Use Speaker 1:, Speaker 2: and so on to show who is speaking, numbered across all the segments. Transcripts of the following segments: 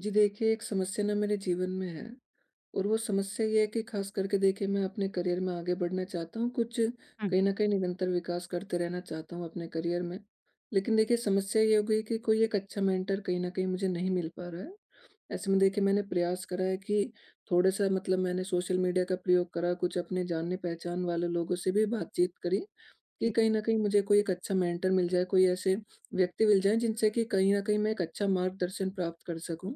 Speaker 1: जी देखिए, एक समस्या ना मेरे जीवन में है और वो समस्या ये है कि ख़ास करके देखिए मैं अपने करियर में आगे बढ़ना चाहता हूँ, कुछ
Speaker 2: हुँ,
Speaker 1: कहीं न कहीं निरंतर विकास करते रहना चाहता हूँ अपने करियर में। लेकिन देखिए समस्या ये हो गई कि कोई एक अच्छा मेंटर कहीं न कहीं मुझे नहीं मिल पा रहा है। ऐसे में देखिए मैंने प्रयास करा है कि थोड़ा-सा मतलब मैंने सोशल मीडिया का प्रयोग करा, कुछ अपने जाने-पहचान वाले लोगों से भी बातचीत करी, कि कहीं न कहीं मुझे कोई एक अच्छा मेंटर मिल जाए, कोई ऐसे व्यक्ति मिल जाएँ जिनसे कि कहीं न कहीं मैं एक अच्छा मार्गदर्शन प्राप्त कर सकूँ।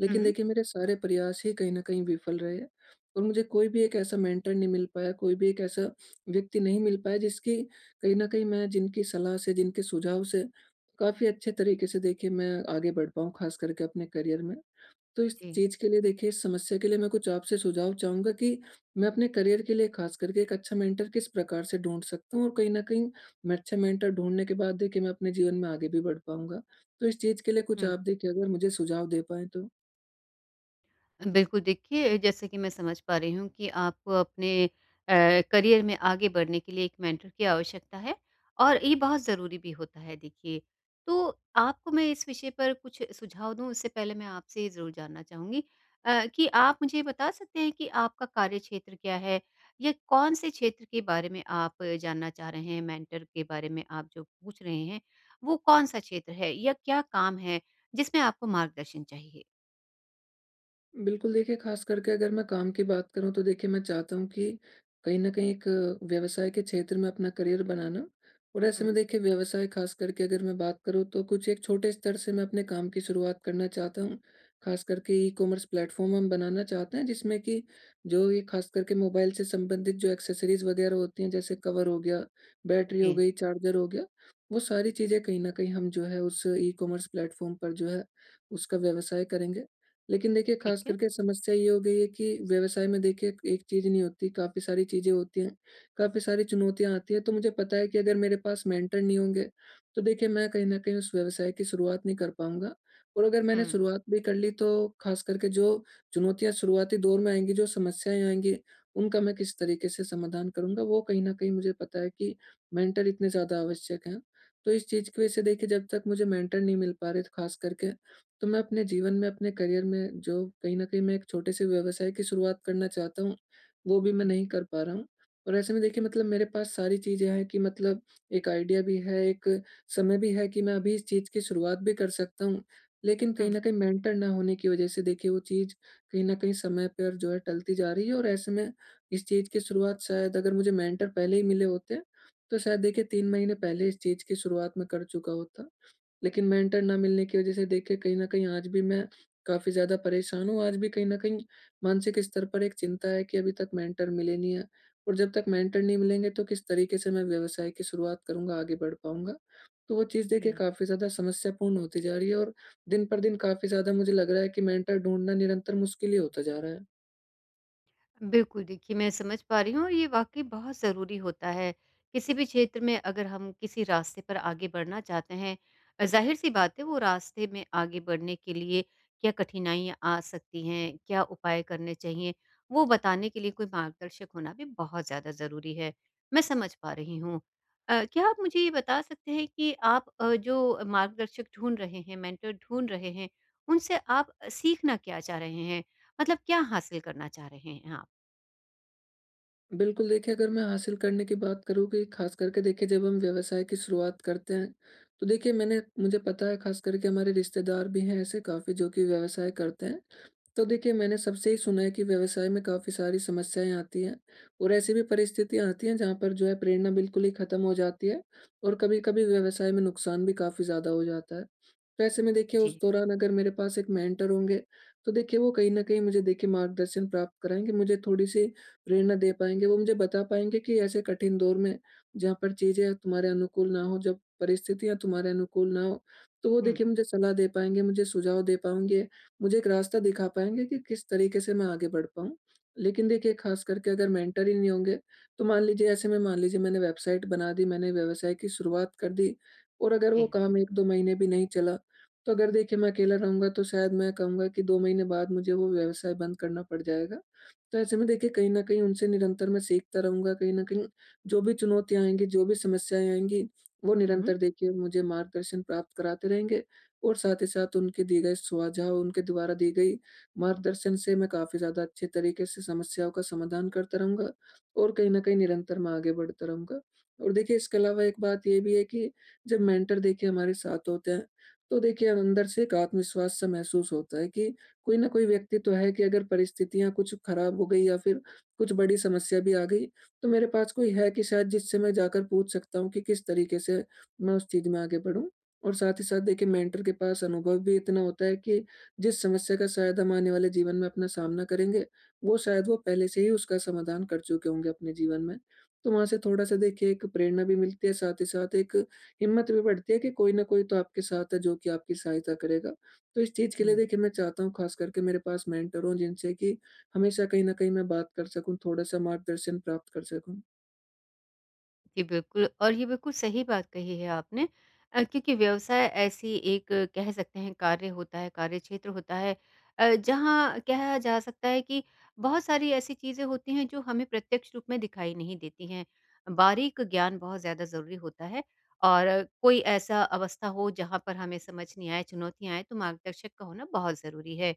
Speaker 1: लेकिन
Speaker 2: हुँ।
Speaker 1: देखिए मेरे सारे प्रयास ही कहीं न कहीं विफल रहे और मुझे कोई भी एक ऐसा मेंटर नहीं मिल पाया, कोई भी एक ऐसा व्यक्ति नहीं मिल पाया जिसकी कहीं न कहीं मैं जिनकी सलाह से, जिनके सुझाव से काफ़ी अच्छे तरीके से देखिए मैं आगे बढ़ पाऊँ ख़ास करके अपने करियर में। तो इस
Speaker 2: जी,
Speaker 1: चीज़ के लिए देखिए इस समस्या के लिए मैं कुछ आपसे सुझाव चाहूँगा कि मैं अपने करियर के लिए ख़ास करके एक अच्छा मेंटर किस प्रकार से ढूँढ सकता हूँ और कहीं न कहीं मैं अच्छा मेंटर ढूँढने के बाद देखिए मैं अपने जीवन में आगे भी बढ़ पाऊँगा। तो इस चीज़ के लिए कुछ
Speaker 2: हुँ।
Speaker 1: आप देखिए अगर मुझे सुझाव दे पाएँ तो?
Speaker 2: बिल्कुल, देखिए जैसे कि मैं समझ पा रही हूँ कि आपको अपने करियर में आगे बढ़ने के लिए एक मेंटर की आवश्यकता है और ये बहुत ज़रूरी भी होता है देखिए। तो आपको मैं इस विषय पर कुछ सुझाव दूँ उससे पहले मैं आपसे ये ज़रूर जानना चाहूँगी कि आप मुझे बता सकते हैं कि आपका कार्यक्षेत्र क्या है? या कौन-से क्षेत्र के बारे में आप जानना चाह रहे हैं मेंटर के बारे में आप जो पूछ रहे हैं, वो कौन-सा क्षेत्र है या क्या काम है जिसमें आपको मार्गदर्शन चाहिए?
Speaker 1: बिल्कुल देखिए, ख़ास करके अगर मैं काम की बात करूँ तो देखिए मैं चाहता हूँ कि कहीं न कहीं एक व्यवसाय के क्षेत्र में अपना करियर बनाना और ऐसे
Speaker 2: हुँ,
Speaker 1: में देखिए व्यवसाय ख़ास करके अगर मैं बात करूँ तो कुछ एक छोटे स्तर से मैं अपने काम की शुरुआत करना चाहता हूँ। ख़ास करके ई-कॉमर्स प्लेटफ़ॉर्म हम बनाना चाहते हैं जिसमें कि जो ये ख़ास करके मोबाइल से संबंधित जो एक्सेसरीज़ वग़ैरह होती हैं, जैसे कवर हो गया, बैटरी हो
Speaker 2: जी,
Speaker 1: गई, चार्जर हो गया, वो सारी चीज़ें कहीं न कहीं हम जो है उस ई-कॉमर्स प्लेटफ़ॉर्म पर जो है उसका व्यवसाय करेंगे। लेकिन देखिए ख़ास
Speaker 2: ठीक है।
Speaker 1: करके समस्या ये हो गई है कि व्यवसाय में देखिए एक चीज़ नहीं होती, काफ़ी सारी चीज़ें होती हैं, काफ़ी सारी चुनौतियाँ आती हैं। तो मुझे पता है कि अगर मेरे पास मेंटर नहीं होंगे, तो देखिए मैं कहीं न कहीं उस व्यवसाय की शुरुआत नहीं कर पाऊँगा और अगर
Speaker 2: हुँ,
Speaker 1: मैंने शुरुआत भी कर ली, तो ख़ास करके जो चुनौतियाँ शुरुआती दौर में आएँगी, जो समस्याएँ आएँगी, उनका मैं किस तरीके से समाधान करूँगा, वो कहीं न कहीं मुझे पता है कि मेंटर इतने ज़्यादा आवश्यक हैं। तो इस चीज़ की वजह से देखिए जब तक मुझे मेंटर नहीं मिल पा रहे ख़ास करके, तो मैं अपने जीवन में, अपने करियर में जो कहीं न कहीं मैं एक छोटे-से व्यवसाय की शुरुआत करना चाहता हूँ, वो भी मैं
Speaker 2: जी।
Speaker 1: नहीं कर पा रहा हूँ। और ऐसे में देखिए मतलब मेरे पास सारी चीज़ें हैं कि मतलब एक आइडिया भी है, एक समय भी है कि मैं अभी इस चीज़ की शुरुआत भी कर सकता हूँ। लेकिन
Speaker 2: हुँ,
Speaker 1: कहीं न कहीं मेंटर ना होने की वज़ह से देखिए वो चीज़ कहीं न कहीं समय पर जो है टलती जा रही है और ऐसे में इस चीज़ की शुरुआत, शायद अगर मुझे मेंटर पहले ही मिले होते, तो शायद देखिए 3 महीने पहले इस चीज़ की शुरुआत मैं कर चुका होता। लेकिन मेंटर ना मिलने की वज़ह से देखिए कहीं न कहीं आज भी मैं काफ़ी ज़्यादा परेशान हूँ। आज भी कहीं न कहीं मानसिक स्तर पर एक चिंता है कि अभी तक मेंटर मिले नहीं हैं और जब तक मेंटर नहीं मिलेंगे, तो किस तरीके से मैं व्यवसाय की शुरुआत करूँगा, आगे बढ़ पाऊँगा। तो वो चीज़
Speaker 2: जी।
Speaker 1: देखिए काफ़ी ज़्यादा समस्यापूर्ण होती जा रही है और दिन पर दिन काफ़ी ज़्यादा मुझे लग रहा है कि मेंटर ढूँढना निरंतर मुश्किल ही होता जा रहा है।
Speaker 2: बिल्कुल देखिए मैं समझ पा रही हूँ और ये वाकई बहुत ज़रूरी होता है। किसी भी क्षेत्र में अगर हम किसी रास्ते पर आगे बढ़ना चाहते हैं ज़ाहिर-सी बात है वो रास्ते में आगे बढ़ने के लिए क्या कठिनाइयाँ आ सकती हैं, क्या उपाय करने चाहिए, वो बताने के लिए कोई मार्गदर्शक होना भी बहुत ज़्यादा ज़रूरी है। मैं समझ पा रही हूँ। क्या आप मुझे ये बता सकते हैं कि आप जो मार्गदर्शक ढूँढ रहे हैं, मेंटर ढूँढ रहे हैं, उनसे आप सीखना क्या चाह रहे हैं? मतलब क्या हासिल करना चाह रहे हैं आप?
Speaker 1: बिल्कुल देखिए, अगर मैं हासिल करने की बात करूँ कि ख़ास करके देखिए जब हम व्यवसाय की शुरुआत करते हैं, तो देखिए मैंने मुझे पता है ख़ास करके हमारे रिश्तेदार भी हैं ऐसे काफ़ी जो कि व्यवसाय करते हैं। तो देखिए मैंने सबसे ही सुना है कि व्यवसाय में काफ़ी सारी समस्याएँ आती हैं और ऐसी भी परिस्थितियाँ आती हैं जहाँ पर जो है प्रेरणा बिल्कुल ही ख़त्म हो जाती है और कभी-कभी व्यवसाय में नुकसान भी काफ़ी ज़्यादा हो जाता है। तो ऐसे में देखिए उस
Speaker 2: जी।
Speaker 1: दौरान अगर मेरे पास एक मेंटर होंगे, तो देखिए वो कहीं न कहीं मुझे देखिए मार्गदर्शन प्राप्त कराएँगे, मुझे थोड़ी-सी प्रेरणा दे पाएँगे। वो मुझे बता पाएँगे कि ऐसे कठिन दौर में जहाँ पर चीज़ें तुम्हारे अनुकूल ना हो, जब परिस्थितियाँ तुम्हारे अनुकूल ना हो, तो वो
Speaker 2: हुँ,
Speaker 1: देखिए मुझे सलाह दे पाएँगे, मुझे सुझाव दे पाएँगे, मुझे एक रास्ता दिखा पाएँगे कि किस तरीके से मैं आगे बढ़ पाऊँ। लेकिन देखिए ख़ास करके अगर मेंटर ही नहीं होंगे, तो मान लीजिए ऐसे में मान लीजिए मैंने वेबसाइट बना दी, मैंने व्यवसाय की शुरुआत कर दी और अगर वो
Speaker 2: जी।
Speaker 1: काम 1-2 महीने भी नहीं चला, तो अगर देखिए मैं अकेला रहूँगा, तो शायद मैं कहूँगा कि 2 महीने बाद मुझे वो व्यवसाय बंद करना पड़ जाएगा। तो ऐसे में देखिए कहीं न कहीं उनसे निरंतर मैं सीखता रहूँगा, कहीं न कहीं जो भी चुनौतियाँ आएँगी, जो भी समस्याएँ आएँगी, वो
Speaker 2: हुँ,
Speaker 1: निरंतर देखिए मुझे मार्गदर्शन प्राप्त कराते रहेंगे और साथ ही साथ उनके दिए गए सुझाव, उनके द्वारा दी गई मार्गदर्शन से मैं काफ़ी ज़्यादा अच्छे तरीके से समस्याओं का समाधान करता रहूँगा और कहीं न कहीं निरंतर मैं आगे बढ़ता रहूँगा। और देखिए इसके अलावा एक बात ये भी है कि जब मेंटर देखिए हमारे साथ होते हैं, तो देखिए अंदर से एक आत्मविश्वास-सा महसूस होता है कि कोई ना कोई व्यक्ति तो है कि अगर परिस्थितियाँ कुछ खराब हो गई या फिर कुछ बड़ी समस्या भी आ गई, तो मेरे पास कोई है कि शायद जिससे मैं जाकर पूछ सकता हूँ कि किस तरीके से मैं उस चीज़ में आगे बढ़ूँ। और साथ ही साथ देखिए मेंटर के पास अनुभव भी इतना होता है कि जिस समस्या का शायद हम आने वाले जीवन में अपना सामना करेंगे, वो शायद वो पहले से ही उसका समाधान कर चुके होंगे अपने जीवन में। तो वहाँ से थोड़ा-सा देखिए एक प्रेरणा भी मिलती है, साथ ही साथ एक हिम्मत भी बढ़ती है कि कोई ना कोई तो आपके साथ है जो कि आपकी सहायता करेगा। तो इस चीज़ के लिए
Speaker 2: हुँ।
Speaker 1: देखिए मैं चाहता हूँ ख़ास करके मेरे पास मेंटर हों जिनसे कि हमेशा कहीं न कहीं मैं बात कर सकूँ, थोड़ा-सा मार्गदर्शन प्राप्त कर सकूँ।
Speaker 2: जी, बिल्कुल और ये बिल्कुल सही बात कही है आपने क्योंकि व्यवसाय ऐसी एक कह सकते हैं कार्य होता है, कार्यक्षेत्र होता है जहाँ कहा जा सकता है कि बहुत सारी ऐसी चीज़ें होती हैं जो हमें प्रत्यक्ष रूप में दिखाई नहीं देती हैं। बारीक ज्ञान बहुत ज़्यादा ज़रूरी होता है और कोई ऐसा अवस्था हो जहाँ पर हमें समझ नहीं आए, चुनौतियाँ आएँ, तो मार्गदर्शक का होना बहुत ज़रूरी है।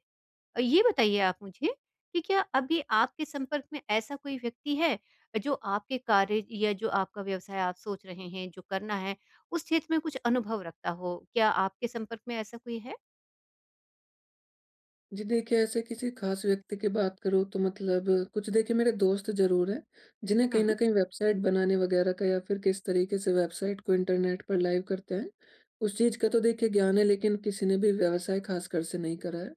Speaker 2: ये बताइए आप मुझे कि क्या अभी आपके संपर्क में ऐसा कोई व्यक्ति है जो आपके कार्य या जो आपका व्यवसाय आप सोच रहे हैं जो करना है उस क्षेत्र में कुछ अनुभव रखता हो? क्या आपके संपर्क में ऐसा कोई है?
Speaker 1: जी देखिए, ऐसे किसी ख़ास व्यक्ति की बात करूँ तो मतलब कुछ देखिए मेरे दोस्त ज़रूर हैं, जिन्हें कहीं न
Speaker 2: हुँ,
Speaker 1: कहीं वेबसाइट बनाने वग़ैरह का या फिर किस तरीके से वेबसाइट को इंटरनेट पर लाइव करते हैं, उस चीज़ का तो देखिए ज्ञान है, लेकिन किसी ने भी व्यवसाय ख़ासकर से नहीं करा है।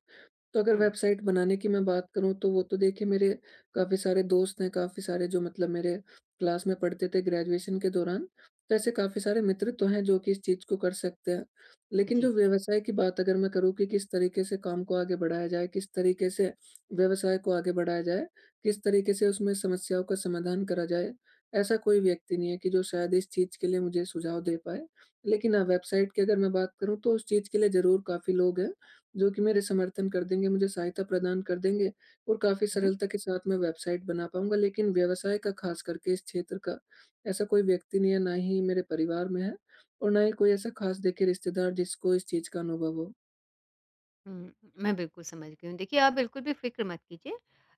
Speaker 1: तो अगर
Speaker 2: हुँ,
Speaker 1: वेबसाइट बनाने की मैं बात करूँ, तो वो तो देखिए मेरे काफ़ी सारे दोस्त हैं, काफ़ी सारे जो मतलब मेरे क्लास में पढ़ते थे ग्रेजुएशन के दौरान, तो ऐसे काफ़ी सारे मित्र तो हैं जो कि इस चीज़ को कर सकते हैं। लेकिन
Speaker 2: जी।
Speaker 1: जो व्यवसाय की बात अगर मैं करूँ कि किस तरीके से काम को आगे बढ़ाया जाए, किस तरीके से व्यवसाय को आगे बढ़ाया जाए, किस तरीके से उसमें समस्याओं का समाधान करा जाए, ऐसा कोई व्यक्ति नहीं है कि जो शायद इस चीज़ के लिए मुझे सुझाव दे पाए। लेकिन हाँ, वेबसाइट की अगर मैं बात करूँ, तो उस चीज़ के लिए ज़रूर काफ़ी लोग हैं जो कि मेरे समर्थन कर देंगे, मुझे सहायता प्रदान कर देंगे और काफ़ी सरलता के साथ मैं वेबसाइट बना पाऊँगा। लेकिन व्यवसाय का ख़ास करके इस क्षेत्र का ऐसा कोई व्यक्ति नहीं है, ना ही मेरे परिवार में है और ना ही कोई ऐसा ख़ास देखिए रिश्तेदार जिसको इस चीज़ का अनुभव हो।
Speaker 2: हुँ, मैं बिल्कुल समझ गई हूँ। देखिए, आप बिल्कुल भी फ़िक्र मत कीजिए।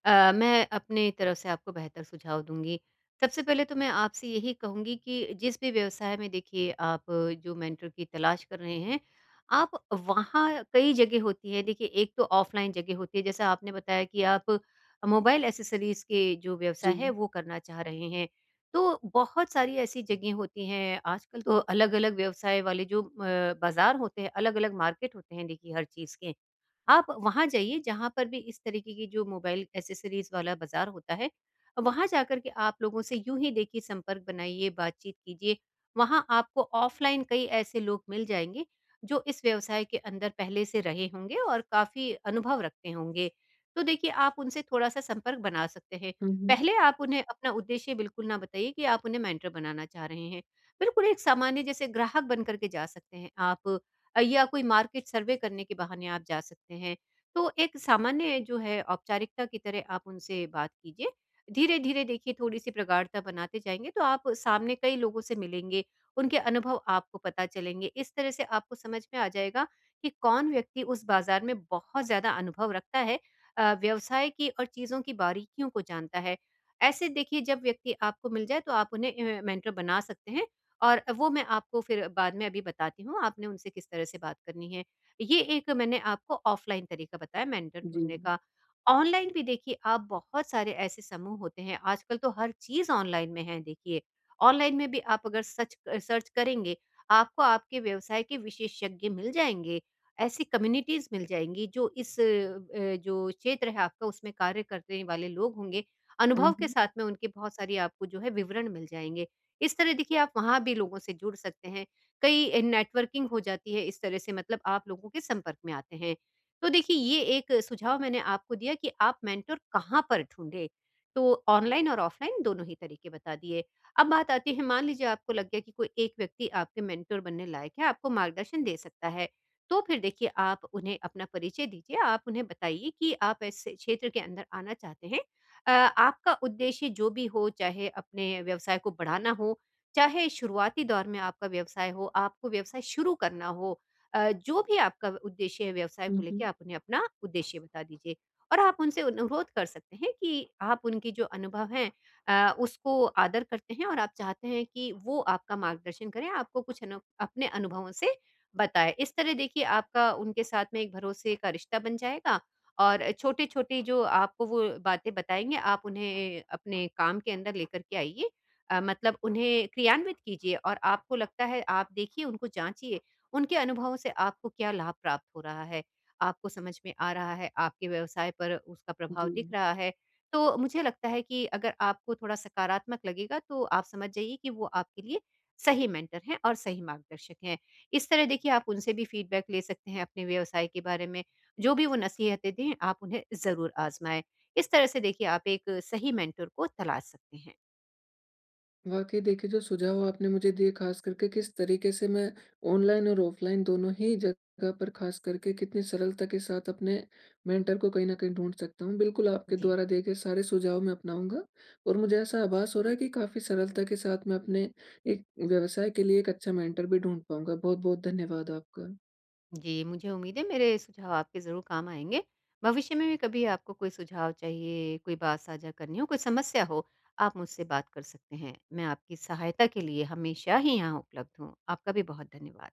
Speaker 2: मैं अपनी तरफ से आपको बेहतर सुझाव दूँगी। सबसे पहले तो मैं आपसे यही कहूँगी कि जिस भी व्यवसाय में देखिए आप जो मेंटर की तलाश कर रहे हैं, आप वहाँ कई जगह होती है। देखिए, एक तो ऑफ़लाइन जगह होती है, जैसा आपने बताया कि आप मोबाइल एक्सेसरीज़ के जो व्यवसाय
Speaker 1: जी।
Speaker 2: है, वो करना चाह रहे हैं। तो बहुत सारी ऐसी जगह होती हैं, आजकल तो अलग-अलग व्यवसाय वाले जो बाज़ार होते हैं, अलग-अलग मार्केट होते हैं देखिए हर चीज़ के। आप वहाँ जाइए जहाँ पर भी इस तरीके की जो मोबाइल एक्सेसरीज़ वाला बाज़ार होता है, वहाँ जाकर के आप लोगों से यूँ ही देखिए संपर्क बनाइए, बातचीत कीजिए। वहाँ आपको ऑफ़लाइन कई ऐसे लोग मिल जाएँगे, जो इस व्यवसाय के अंदर पहले से रहे होंगे और काफ़ी अनुभव रखते होंगे। तो देखिए आप उनसे थोड़ा-सा संपर्क बना सकते हैं।
Speaker 1: हुँ, हुँ।
Speaker 2: पहले आप उन्हें अपना उद्देश्य बिल्कुल ना बताइए कि आप उन्हें मेंटर बनाना चाह रहे हैं। बिल्कुल एक सामान्य जैसे ग्राहक बन कर के जा सकते हैं आप। या कोई मार्केट सर्वे करने के बहाने आप जा सकते हैं। तो एक सामान्य जो है औपचारिकता की तरह आप उनसे बात कीजिए। धीरे-धीरे देखिए थोड़ी-सी प्रगाढ़ता बनाते जाएँगे तो आप सामने कई लोगों से मिलेंगे, उनके अनुभव आपको पता चलेंगे। इस तरह से आपको समझ में आ जाएगा कि कौन व्यक्ति उस बाज़ार में बहुत ज़्यादा अनुभव रखता है व्यवसाय की और चीज़ों की बारीकियों को जानता है। ऐसे देखिए जब व्यक्ति आपको मिल जाए तो आप उन्हें मेंटर बना सकते हैं और वो मैं आपको फिर बाद में अभी बताती हूँ, आपने उनसे किस तरह से बात करनी है। ये एक मैंने आपको ऑफ़लाइन तरीका बताया मेंटर
Speaker 1: जी।
Speaker 2: ढूँढने का। ऑनलाइन भी देखिए आप बहुत सारे ऐसे समूह होते हैं, आजकल तो हर चीज़ ऑनलाइन में है देखिए। ऑनलाइन में भी आप अगर सच सर्च करेंगे, आपको आपके व्यवसाय के विशेषज्ञ मिल जाएँगे। ऐसी कम्युनिटीज़ मिल जाएँगी जो इस जो क्षेत्र है आपका उसमें कार्य करने वाले लोग होंगे,
Speaker 1: हुँ,
Speaker 2: अनुभव के
Speaker 1: हुँ।
Speaker 2: साथ में उनके बहुत सारी आपको जो है विवरण मिल जाएँगे। इस तरह देखिए आप वहाँ भी लोगों से जुड़ सकते हैं। कई नेटवर्किंग हो जाती है इस तरह से मतलब आप लोगों के संपर्क में आते हैं। तो देखिए ये एक सुझाव मैंने आपको दिया कि आप मेंटर कहाँ पर ढूँढे? तो ऑनलाइन और ऑफलाइन दोनों ही तरीके बता दिए। अब बात आती है मान लीजिए आपको लग गया कि कोई एक व्यक्ति आपके मेंटर बनने लायक है, आपको मार्गदर्शन दे सकता है। तो फिर देखिए आप उन्हें अपना परिचय दीजिए, आप उन्हें बताइए कि आप ऐसे क्षेत्र के अंदर आना चाहते हैं आपका उद्देश्य जो भी हो, चाहे अपने व्यवसाय को बढ़ाना हो, चाहे शुरुआती दौर में आपका व्यवसाय हो, आपको व्यवसाय शुरू करना हो जो भी आपका उद्देश्य है व्यवसाय
Speaker 1: हुँ,
Speaker 2: को लेके
Speaker 1: हुँ।
Speaker 2: आप उन्हें अपना उद्देश्य बता दीजिए। और आप उनसे अनुरोध कर सकते हैं कि आप उनके जो अनुभव हैं उसको आदर करते हैं और आप चाहते हैं कि वो आपका मार्गदर्शन करें, आपको कुछ अनु अपने अनुभवों से बताएँ। इस तरह देखिए आपका उनके साथ में एक भरोसे का रिश्ता बन जाएगा और छोटी-छोटी जो आपको वो बातें बताएँगे, आप उन्हें अपने काम के अंदर लेकर के आइए। मतलब उन्हें क्रियान्वित कीजिए और आपको लगता है आप देखिए, उनको जाँचिए, उनके अनुभवों से आपको क्या लाभ प्राप्त हो रहा है, आपको समझ में आ रहा है, आपके व्यवसाय पर उसका प्रभाव
Speaker 1: जी।
Speaker 2: दिख रहा है। तो मुझे लगता है कि अगर आपको थोड़ा सकारात्मक लगेगा, तो आप समझ जाइए कि वो आपके लिए सही मेंटर हैं और सही मार्गदर्शक हैं। इस तरह देखिए, आप उनसे भी फीडबैक ले सकते हैं अपने व्यवसाय के बारे में जो भी वो नसीहतें दें, आप उन्हें ज़रूर आज़माएँ। इस तरह से देखिए आप एक सही मेंटर को तलाश सकते हैं।
Speaker 1: वाकई देखिए जो सुझाव आपने मुझे दिए, खास करके किस तरीके से मैं ऑनलाइन और ऑफलाइन दोनों ही जगह पर खास करके कितनी सरलता के साथ अपने मेंटर को कहीं ना कहीं ढूंढ सकता हूँ। बिल्कुल आपके
Speaker 2: जी।
Speaker 1: द्वारा दिए गए सारे सुझाव मैं अपनाऊंगा और मुझे ऐसा आभास हो रहा है कि काफी सरलता के साथ मैं अपने एक व्यवसाय के लिए एक अच्छा मेंटर भी ढूंढ पाऊंगा। बहुत बहुत धन्यवाद आपका।
Speaker 2: जी, मुझे उम्मीद है मेरे सुझाव आपके ज़रूर काम आएँगे। भविष्य में भी कभी आपको कोई सुझाव चाहिए, कोई बात साझा करनी हो, कोई समस्या हो, आप मुझसे बात कर सकते हैं। मैं आपकी सहायता के लिए हमेशा ही यहाँ उपलब्ध हूँ। आपका भी बहुत धन्यवाद।